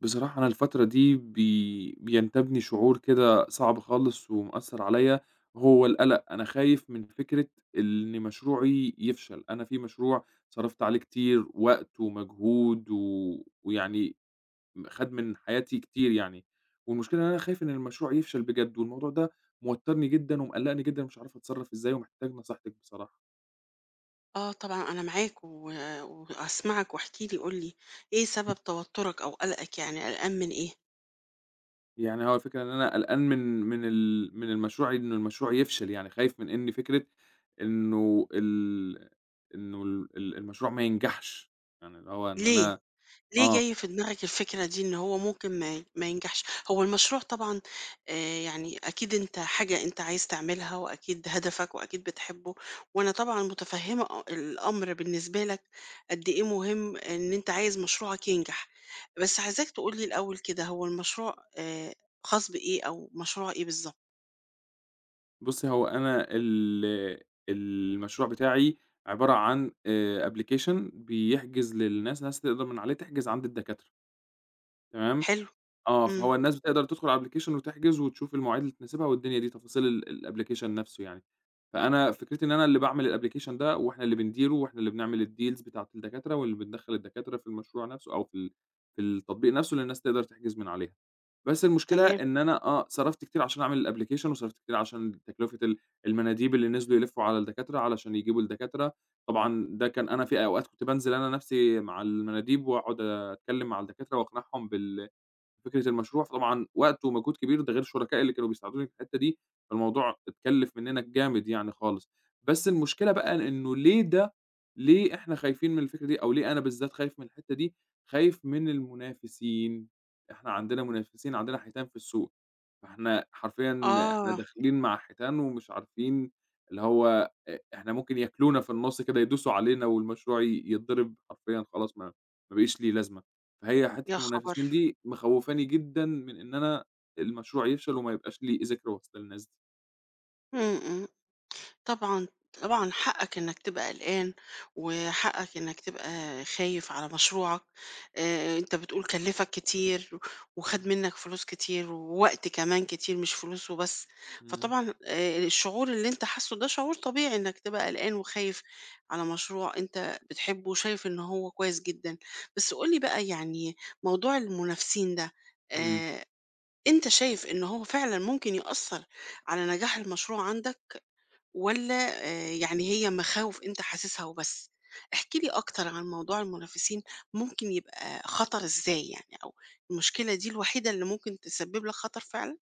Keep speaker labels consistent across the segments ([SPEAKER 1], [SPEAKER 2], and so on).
[SPEAKER 1] بصراحة أنا الفترة دي بينتابني شعور كده صعب خالص ومأثّر عليّا، هو القلق، أنا خايف من فكرة إن مشروعي يفشل، أنا في مشروع صرفت عليه كتير وقت ومجهود و ويعني خَد من حياتي كتير يعني، والمشكلة إن أنا خايف إن المشروع يفشل بجد، والموضوع ده موتّرني جدًا ومقلّقني جدًا ومش عارف أتصرّف إزاي ومحتاج نصيحتِك بصراحة.
[SPEAKER 2] آه، طبعًا أنا معاك و وهاسمعك. واحكِ لي، قُل لي إيه سبب توتُّرك أو قلقك، يعني قلقان من إيه؟
[SPEAKER 1] يعني هو الفكرة إن أنا قلقان من المشروع إنه المشروع يفشل، يعني خايف من إن فكرة إنه ال إنه ال ال المشروع ما ينجحش، يعني اللي هو إن
[SPEAKER 2] ليه؟
[SPEAKER 1] أنا
[SPEAKER 2] ليه
[SPEAKER 1] آه،
[SPEAKER 2] جاي في دماغك الفكرة دي إن هو ممكن ما ينجحش؟ هو المشروع طبعًا، يعني أكيد أنت حاجة أنت عايز تعملها وأكيد هدفك وأكيد بتحبه. وأنا طبعًا متفهِّمة الأمر بالنسبة لك قد إيه مهم إن أنت عايز مشروعك ينجح. بس عايزاك تقول لي الأول كده هو المشروع خاص بإيه أو مشروع إيه بالضبط؟
[SPEAKER 1] بُصّي هو أنا ال المشروع بتاعي عبارة عن application بيحجز للناس، ناس تقدر من عليه تحجز عند الدكاترة، تمام؟
[SPEAKER 2] حلو.
[SPEAKER 1] آه،
[SPEAKER 2] إمم.
[SPEAKER 1] فهو الناس بتقدر تدخل على الapplication وتحجز وتشوف المواعيد اللي تناسبها والدنيا دي، تفاصيل الapplication نفسه يعني. فأنا فكرتي إن أنا اللي باعمل الapplication ده وإحنا اللي بنديره وإحنا اللي بنعمل الdeals بتاعة الدكاترة واللي بندخّل الدكاترة في المشروع نفسه أو في التطبيق نفسه اللي الناس تقدر تحجز من عليها. بس المشكلة
[SPEAKER 2] تمام.
[SPEAKER 1] إن أنا آه، صرفت كتير عشان أعمل الapplication وصرفت كتير عشان تكلفة المناديب اللي نزلوا يلفّوا على الدكاترة علشان يجيبوا الدكاترة. طبعًا ده كان أنا في أوقات كنت بانزل أنا نفسي مع المناديب واقعد أتكلم مع الدكاترة واقنعهم فكرة المشروع، فطبعًا وقت ومجهود كبير، ده غير الشركاء اللي كانوا بيساعدوني في الحتّة دي، فالموضوع اتكلِّف مننا جامد يعني خالص. بس المشكلة بقى إنه ليه ده ليه إحنا خايفين من الفكرة دي أو ليه أنا بالذات خايف من الحتّة دي؟ خايف من المنافسين، إحنا عندنا منافسين، عندنا حيتان في السوق، فإحنا حرفيًا إحنا
[SPEAKER 2] آه.
[SPEAKER 1] داخلين مع حيتان ومش عارفين اللي هو أ إحنا ممكن ياكلونا في النُّص كده، يدوسوا علينا والمشروع يتضرب حرفيًا خلاص ما بقيش ليه لازمة. فهي حتّة
[SPEAKER 2] يا
[SPEAKER 1] المنافسين
[SPEAKER 2] خبر!
[SPEAKER 1] دي مخوّفاني جدًا من إن أنا المشروع يفشل وما يبقاش ليه ذكر وسط الناس دي.
[SPEAKER 2] إمم، إمم. طبعًا، طبعًا حقك إنك تبقى قلقان، وحقك إنك تبقى خايف على مشروعك. أنت بتقول كلّفك كتير، وخَد
[SPEAKER 1] إمم،
[SPEAKER 2] منك فلوس كتير، ووقت كمان كتير مش فلوس وبس.
[SPEAKER 1] إمم،
[SPEAKER 2] فطبعًا، الشعور اللي أنت حاسُّه ده شعور طبيعي إنك تبقى قلقان وخايف على مشروع أنت بتحبه وشايف إن هو كويس جدًا. بس قُل لي بقى، يعني موضوع المنافسين ده،
[SPEAKER 1] إمم.
[SPEAKER 2] آآ أنت شايف إن هو فعلًا ممكن يأثّر على نجاح المشروع عندك والّا يعني هي مخاوف أنت حاسسها وبس؟ احكِ لي أكتر عن موضوع المنافسين، ممكن يبقى خطر إزاي يعني؟ أو المشكلة دي الوحيدة اللي ممكن تسبب لك خطر فعلًا؟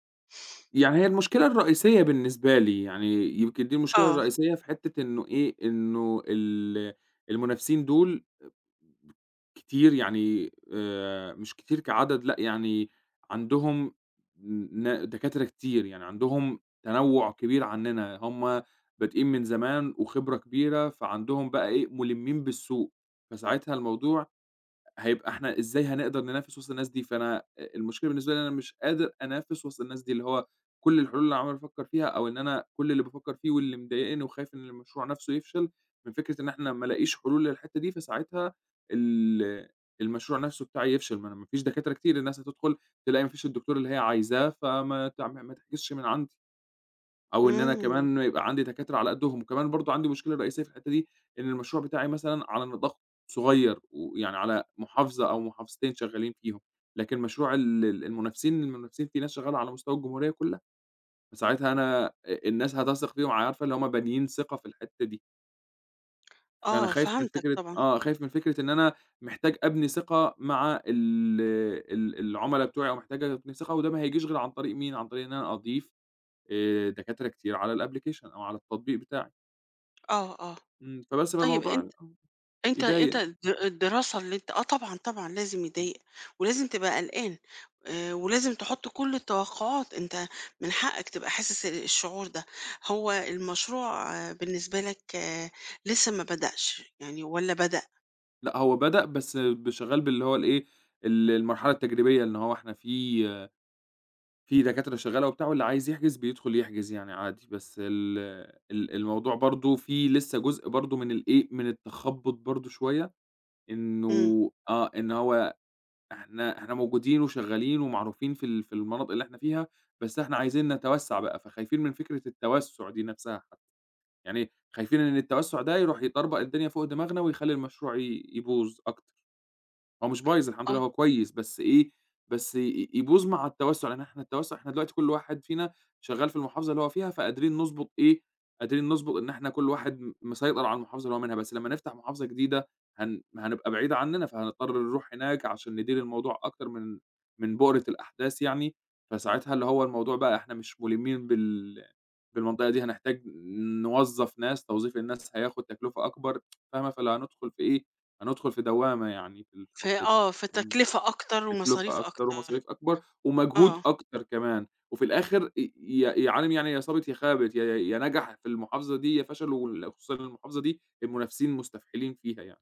[SPEAKER 1] يعني هي المشكلة الرئيسية بالنسبة لي، يعني يمكن دي المشكلة
[SPEAKER 2] آه.
[SPEAKER 1] الرئيسية في حتّة إنه إيه، إنه ال المنافسين دول كتير يعني مش كتير كعدد لأ، يعني عندهم دكاترة كتير، يعني عندهم تنوُّع كبير عنّنا، هم بادئين من زمان وخبرة كبيرة، فعندهم بقى إيه، مُلمّين بالسوق، فساعتها الموضوع هيبقى إحنا إزاي هنقدر ننافس وسط الناس دي؟ فأنا أ المشكلة بالنسبة لي إن أنا مش قادر أنافس وسط الناس دي، اللي هو كل الحلول اللي عمّال أفكّر فيها أو إن أنا كل اللي بافكّر فيه واللي مضايقني وخايف إن المشروع نَفْسه يفشل من فكرة إن إحنا ما الاقيش حلول للحتّة دي، فساعتها ال المشروع نَفْسه بتاعي يفشل، ما أنا ما فيش دكاترة كتير، الناس هتدخُل تلاقي ما فيش الدكتور اللي هي عايزاه، فما تع ما تحجزش من عندي. أو إن أنا
[SPEAKER 2] إمم.
[SPEAKER 1] كمان يبقى عندي دكاترة على قدّهم، وكمان برضه عندي مشكلة رئيسية في الحتّة دي، إن المشروع بتاعي مثلًا على نطاق صغير، ويعني على محافظة أو محافظتين شغّالين فيهم، لكن مشروع ال ال المنافسين، المنافسين في ناس شغّالة على مستوى الجمهورية كلّها، فساعتها أنا أ الناس هتثق فيهم عارفة اللي هُم بانيين ثقة في الحتّة دي، فأنا
[SPEAKER 2] آه،
[SPEAKER 1] خايف من
[SPEAKER 2] فهمتك
[SPEAKER 1] فكرة
[SPEAKER 2] طبعًا.
[SPEAKER 1] آه، خايف من فكرة إن أنا محتاج أبني ثقة مع ال ال العُملا بتوعي، أو محتاج أبني ثقة، وده ما هيجيش غير عن طريق مين، عن طريق إن أنا أضيف دكاترة كتير على الapplication أو على التطبيق بتاعي.
[SPEAKER 2] آه، آه.
[SPEAKER 1] فبس
[SPEAKER 2] طيب
[SPEAKER 1] فالموضوع
[SPEAKER 2] أن
[SPEAKER 1] آه،
[SPEAKER 2] أنت أنت
[SPEAKER 1] يضايق.
[SPEAKER 2] الدراسة اللي أنت، طبعًا، طبعًا لازم
[SPEAKER 1] إمم،
[SPEAKER 2] يضايق، ولازم تبقى قلقان. ولازم تحط كل التوقعات، أنت من حقك تبقى حاسس الشعور ده. هو المشروع، بالنسبة لك، لسه ما بدأش يعني والّا بدأ؟
[SPEAKER 1] لأ هو بدأ بس شغّال باللي هو الإيه، المرحلة التجريبية، إن هو إحنا في دكاترة شغّالة وبتاع واللي عايز يحجز بيدخل يحجز يعني عادي، بس ال ال الموضوع برضه فيه لسه جزء برضه من الإيه، من التخبُّط برضه شوية،
[SPEAKER 2] إمم.
[SPEAKER 1] إنه آه، إن هو إحنا موجودين وشغّالين ومعروفين في المناطق اللي إحنا فيها، بس إحنا عايزين نتوسّع بقى، فخايفين من فكرة التوسُّع دي نَفْسها. يعني خايفين إن التوسُّع ده يروح يطربق الدنيا فوق دماغنا ويخلّي المشروع يبوظ أكتر، هو مش بايظ الحمد لله
[SPEAKER 2] آه،
[SPEAKER 1] هو كويس، بس إيه، بس يبوظ مع التوسُّع، لإن إحنا التوسُّع إحنا دلوقتي كل واحد فينا شغّال في المحافظة اللي هو فيها، فقادرين نضبط إيه، قادرين نضبط إن إحنا كل واحد مسيطر على المحافظة اللي هو منها، بس لمّا نفتح محافظة جديدة هنبقى بعيد عنّنا، فهنضطر نروح هناك عشان ندير الموضوع أكتر من بؤرة الأحداث يعني، فساعتها اللي هو الموضوع بقى إحنا مش مُلمّين بالمنطقة دي هنحتاج نوظّف ناس، توظيف الناس هياخد تكلفة أكبر فاهمة؟ فاللي هندخل في إيه، هندخل في دوّامة يعني في
[SPEAKER 2] ف
[SPEAKER 1] الحتّة دي.
[SPEAKER 2] آه،
[SPEAKER 1] إمم،
[SPEAKER 2] فتكلفة أكتر
[SPEAKER 1] تكلفة
[SPEAKER 2] ومصاريف
[SPEAKER 1] أكتر
[SPEAKER 2] أكتر.
[SPEAKER 1] ومصاريف أكبر ومجهود
[SPEAKER 2] آه،
[SPEAKER 1] أكتر كمان، وفي الآخر ي ي يا عالِم يعني يا صابت يا خابت، يا نجح في المحافظة دي يا فشل خصوصًا المحافظة دي المنافسين مستفحلين فيها يعني.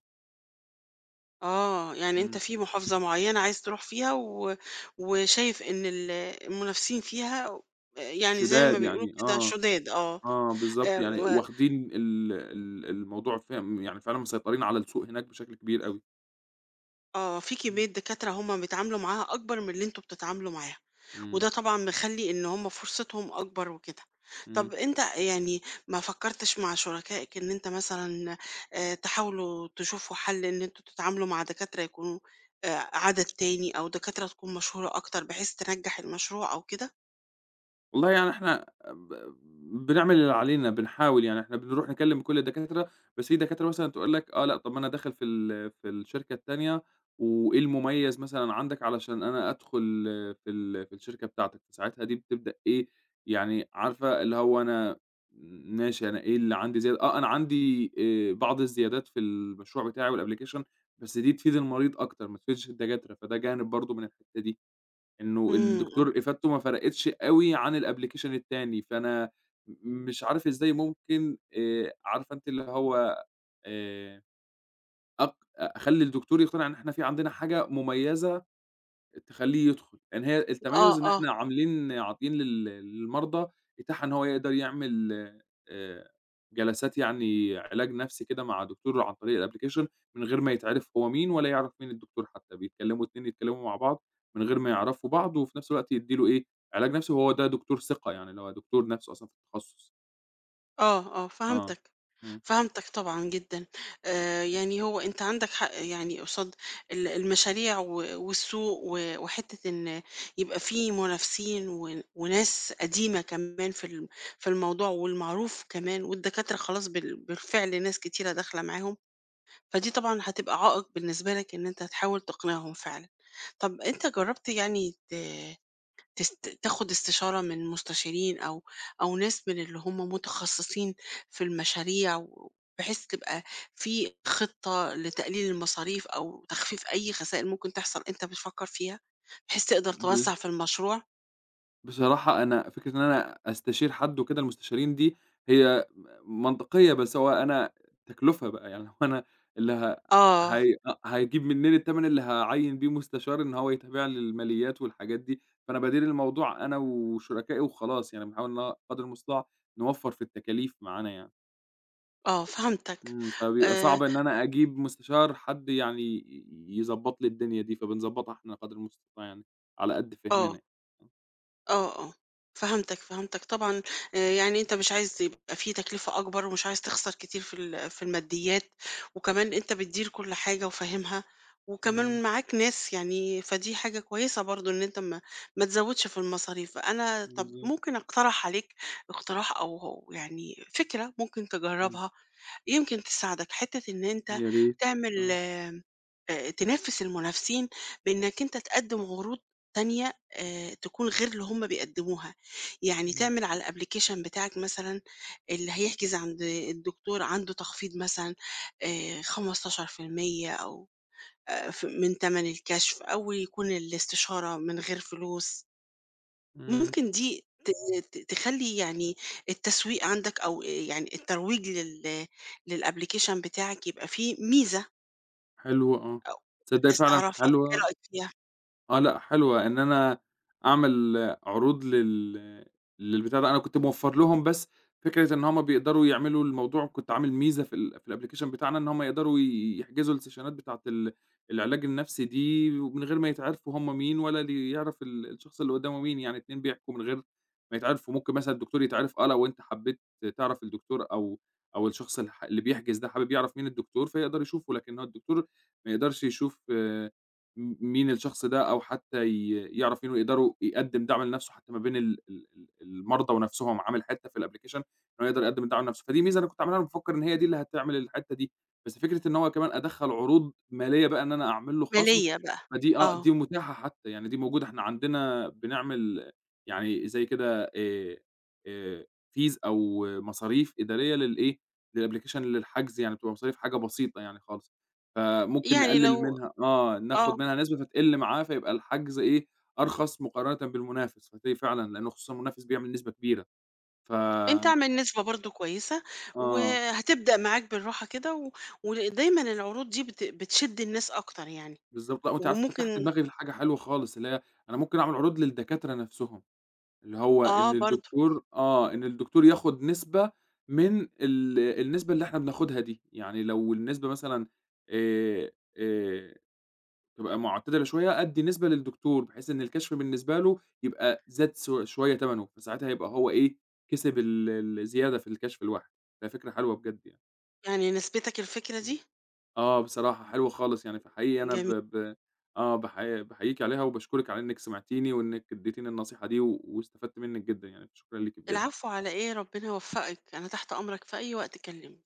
[SPEAKER 2] آه، يعني أنت
[SPEAKER 1] إمم،
[SPEAKER 2] في محافظة معينة عايز تروح فيها و وشايف إن المنافسين فيها،
[SPEAKER 1] ش
[SPEAKER 2] يعني زي ما
[SPEAKER 1] شُداد
[SPEAKER 2] بيقولوا
[SPEAKER 1] يعني
[SPEAKER 2] كده
[SPEAKER 1] آه،
[SPEAKER 2] شُداد. آه،
[SPEAKER 1] آه بالضبط، يعني
[SPEAKER 2] و
[SPEAKER 1] واخدين ال ال الموضوع فاهم يعني فعلًا مسيطرين على السوق هناك بشكل كبير أوي.
[SPEAKER 2] آه، في
[SPEAKER 1] إمم،
[SPEAKER 2] كمية دكاترة هم بيتعاملوا معاها أكبر من اللي أنتوا بتتعاملوا معاها،
[SPEAKER 1] إمم،
[SPEAKER 2] وده طبعًا مخلّي إن هم فرصتهم أكبر وكده.
[SPEAKER 1] إمم.
[SPEAKER 2] طب أنت يعني ما فكّرتش مع شركائك إن أنت مثلًا تحاولوا تشوفوا حل إن أنتوا تتعاملوا مع دكاترة يكونوا عدد تاني أو دكاترة تكون مشهورة أكتر بحيث تنجّح المشروع أو كده؟
[SPEAKER 1] والله يعني إحنا بنعمل اللي علينا، بنحاول يعني إحنا بنروح نكلّم كل الدكاترة، بس في دكاترة مثلًا تقول لك آه لأ، طب ما أنا داخل في الشركة التانية وإيه المميز مثلًا عندك علشان أنا أدخل آه، في الشركة بتاعتك، فساعتها دي بتبدأ إيه، يعني عارفة اللي هو أنا ماشي أنا إيه اللي عندي زيادة آه، أنا عندي بعض الزيادات في المشروع بتاعي والapplication بس دي تفيد المريض أكتر، ما تفيدش الدكاترة، فده جانب برضه من الحتّة دي. إنه
[SPEAKER 2] إمم، إمم.
[SPEAKER 1] الدكتور إفادته ما فرقتش أوي عن الapplication التاني، فأنا مش عارف إزاي ممكن عارفة أنتِ اللي هو آآ، أق أخلّي الدكتور يقتنع إن إحنا في عندنا حاجة مميزة تخلّيه يدخل، لإن هي
[SPEAKER 2] آه،
[SPEAKER 1] التميُّز إن
[SPEAKER 2] آه.
[SPEAKER 1] إحنا عاملين عاطيين للمرضى إتاحة إن هو يقدر يعمل آآ جلسات يعني علاج نفسي كده مع دكتور عن طريق الapplication من غير ما يتعرف هو مين ولا يعرف مين الدكتور حتى، بيتكلموا 2 يتكلموا مع بعض من غير ما يعرفوا بعض، وفي نفس الوقت يدّي له إيه، علاج نفسي وهو ده دكتور ثقة يعني اللي هو دكتور نفسه أصلًا في التخصص.
[SPEAKER 2] آه، آه،
[SPEAKER 1] آه.
[SPEAKER 2] فهمتك،
[SPEAKER 1] إمم.
[SPEAKER 2] فهمتك طبعًا جدًا. يعني هو أنت عندك حق يعني قصاد المشاريع و والسوق و وحتة إن يبقى في منافسين وناس قديمة كمان في الموضوع والمعروف كمان، والدكاترة خلاص بالفعل ناس كتيرة داخلة معاهم، فدي طبعًا هتبقى عائق بالنسبة لك إن أنت تحاول تقنعهم فعلًا. طب أنت جربت يعني ت تست تاخد استشارة من مستشارين أو ناس من اللي هم متخصصين في المشاريع، و بحيث تبقى في خطة لتقليل المصاريف أو تخفيف أي خسائر ممكن تحصل أنت بتفكر فيها، بحيث تقدر
[SPEAKER 1] ب
[SPEAKER 2] توسّع في المشروع.
[SPEAKER 1] بصراحة أنا فكرة إن أنا أستشير حد وكده المستشارين دي هي منطقية، بس هو أنا تكلفة بقى، يعني هو أنا اللي ه
[SPEAKER 2] آه،
[SPEAKER 1] هي أ هيجيب منين التمن اللي هاعيّن بيه مستشار إن هو يتابع لي الماليات والحاجات دي، فأنا بادير الموضوع أنا وشركائي وخلاص، يعني بنحاول إن هو قدر المستطاع نوفّر في التكاليف معانا يعني.
[SPEAKER 2] آه، فهمتك.
[SPEAKER 1] إمم، فبيبقى
[SPEAKER 2] آآ،
[SPEAKER 1] صعب إن أنا أجيب مستشار حد يعني يضبّط لي الدنيا دي، فبنضبّطها إحنا قدر المستطاع يعني على قد فهمنا
[SPEAKER 2] آه.
[SPEAKER 1] يعني.
[SPEAKER 2] آه، آه، فهمتك، فهمتك طبعًا، يعني أنت مش عايز يبقى في تكلفة أكبر ومش عايز تخسر كتير في الماديات، وكمان أنت بتدير كل حاجة وفاهمها، وكمان
[SPEAKER 1] إمم،
[SPEAKER 2] معاك ناس يعني، فدي حاجة كويسة برضه إن أنت ما تزوّدش في المصاريف. أنا طَب
[SPEAKER 1] بالضبط،
[SPEAKER 2] ممكن أقترح عليك اقتراح يعني فكرة ممكن
[SPEAKER 1] إمم.
[SPEAKER 2] تجرّبها يمكن تساعدك. حتة إن أنت
[SPEAKER 1] يا ريت، آه،
[SPEAKER 2] تعمل
[SPEAKER 1] إمم،
[SPEAKER 2] تنافس المنافسين بإنك أنت تقدّم عروض تانية، تكون غير اللي هُم بيقدّموها. يعني
[SPEAKER 1] إمم،
[SPEAKER 2] تعمل على الapplication بتاعك مثلًا اللي هيحجز عند الدكتور عنده تخفيض مثلًا 15% أو ف من تمن الكشف أو يكون الاستشارة من غير فلوس.
[SPEAKER 1] إمم.
[SPEAKER 2] ممكن دي ت ت تخلّي يعني التسويق عندك أو يعني الترويج للapplication بتاعك يبقى فيه ميزة
[SPEAKER 1] حلو آه،
[SPEAKER 2] أو
[SPEAKER 1] تصدّقي
[SPEAKER 2] والناس
[SPEAKER 1] فعلًا
[SPEAKER 2] تعرفها،
[SPEAKER 1] حلوى
[SPEAKER 2] إيه رأيك فيها؟
[SPEAKER 1] آه لأ حلوة، إن أنا أعمل عروض للبتاع ده، أنا كنت موفّر لهم بس فكرة إن هُم بيقدروا يعملوا الموضوع كنت عامل ميزة في الأبلكيشن بتاعنا إن هُم يقدروا يحجزوا السيشنات بتاعة العلاج النفسي دي ومن غير ما يتعرفوا هُم مين ولا اللي يعرف الشخص اللي قدّامه مين، يعني اتنين بيحكوا من غير ما يتعرفوا، ممكن مثلًا الدكتور يتعرف آه لو أنت حبّيت تعرف الدكتور أو أو الشخص اللي بيحجز ده حابب يعرف مين الدكتور فيقدر يشوفه، لكن هو الدكتور ما يقدرش يشوف مين الشخص ده أو حتى يعرف مين ويقدروا يقدّم دعم لنفسه حتى ما بين ال ال ال المرضى ونفسهم، هو عامل حتّة في الapplication إن هو يقدر يقدّم الدعم لنفسه، فدي ميزة أنا كنت عاملها أنا مفكّر إن هي دي اللي هتعمل الحتّة دي، بس فكرة إن هو كمان أدخّل عروض مالية بقى إن أنا أعمل له خصم،
[SPEAKER 2] مالية بقى.
[SPEAKER 1] فدي آه،
[SPEAKER 2] آه،
[SPEAKER 1] دي متاحة حتى، يعني دي موجودة، إحنا عندنا بنعمل يعني زي كده آآ fees أو مصاريف إدارية للإيه، للapplication للحجز يعني بتبقى مصاريف حاجة بسيطة يعني خالص. فممكن
[SPEAKER 2] يعني
[SPEAKER 1] نقلل
[SPEAKER 2] لو
[SPEAKER 1] منها آه، ناخد
[SPEAKER 2] آه،
[SPEAKER 1] منها نسبة فتقل معاه، فيبقى الحجز إيه، أرخص مقارنةً بالمنافس، فتلاقي فعلًا لإنه خصوصًا المنافس بيعمل نسبة كبيرة، ف
[SPEAKER 2] أنت اعمل نسبة برضه كويسة،
[SPEAKER 1] آه،
[SPEAKER 2] وهتبدأ معاك بالراحة كده و ودايمًا العروض دي بتشد الناس أكتر يعني.
[SPEAKER 1] بالضبط، لأ وأنتِ عارفة فتحتِ
[SPEAKER 2] وممكن،
[SPEAKER 1] دماغي لحاجة حلوة خالص، اللي هي أنا ممكن أعمل عروض للدكاترة نفسهم، اللي هو إن
[SPEAKER 2] آه، برضه،
[SPEAKER 1] الدكتور آه، إن الدكتور ياخد نسبة من النسبة اللي إحنا بناخدها دي، يعني لو النسبة مثلًا آآ آآ تبقى معتدلة شوية قد نسبة للدكتور، بحيث إن الكشف بالنسبة له يبقى زاد سو شوية تمنه، فساعتها يبقى هو إيه، كسب الزيادة في الكشف لوحده، فهي فكرة حلوة بجد يعني.
[SPEAKER 2] يعني نسبتك الفكرة
[SPEAKER 1] إمم.
[SPEAKER 2] دي؟
[SPEAKER 1] آه، بصراحة حلوة خالص يعني، فحقيقي أنا ب
[SPEAKER 2] جميل.
[SPEAKER 1] ب آه، باحييكِ عليها وباشكرِك على إنِّك سمعتيني وإنِّك اديتيني النصيحة دي واستفدت منِّك جدًا يعني، فشكرًا ليكِ بجد.
[SPEAKER 2] العفو، على إيه؟ ربنا يوفقك، أنا تحت أمرك في أي وقت كلمني.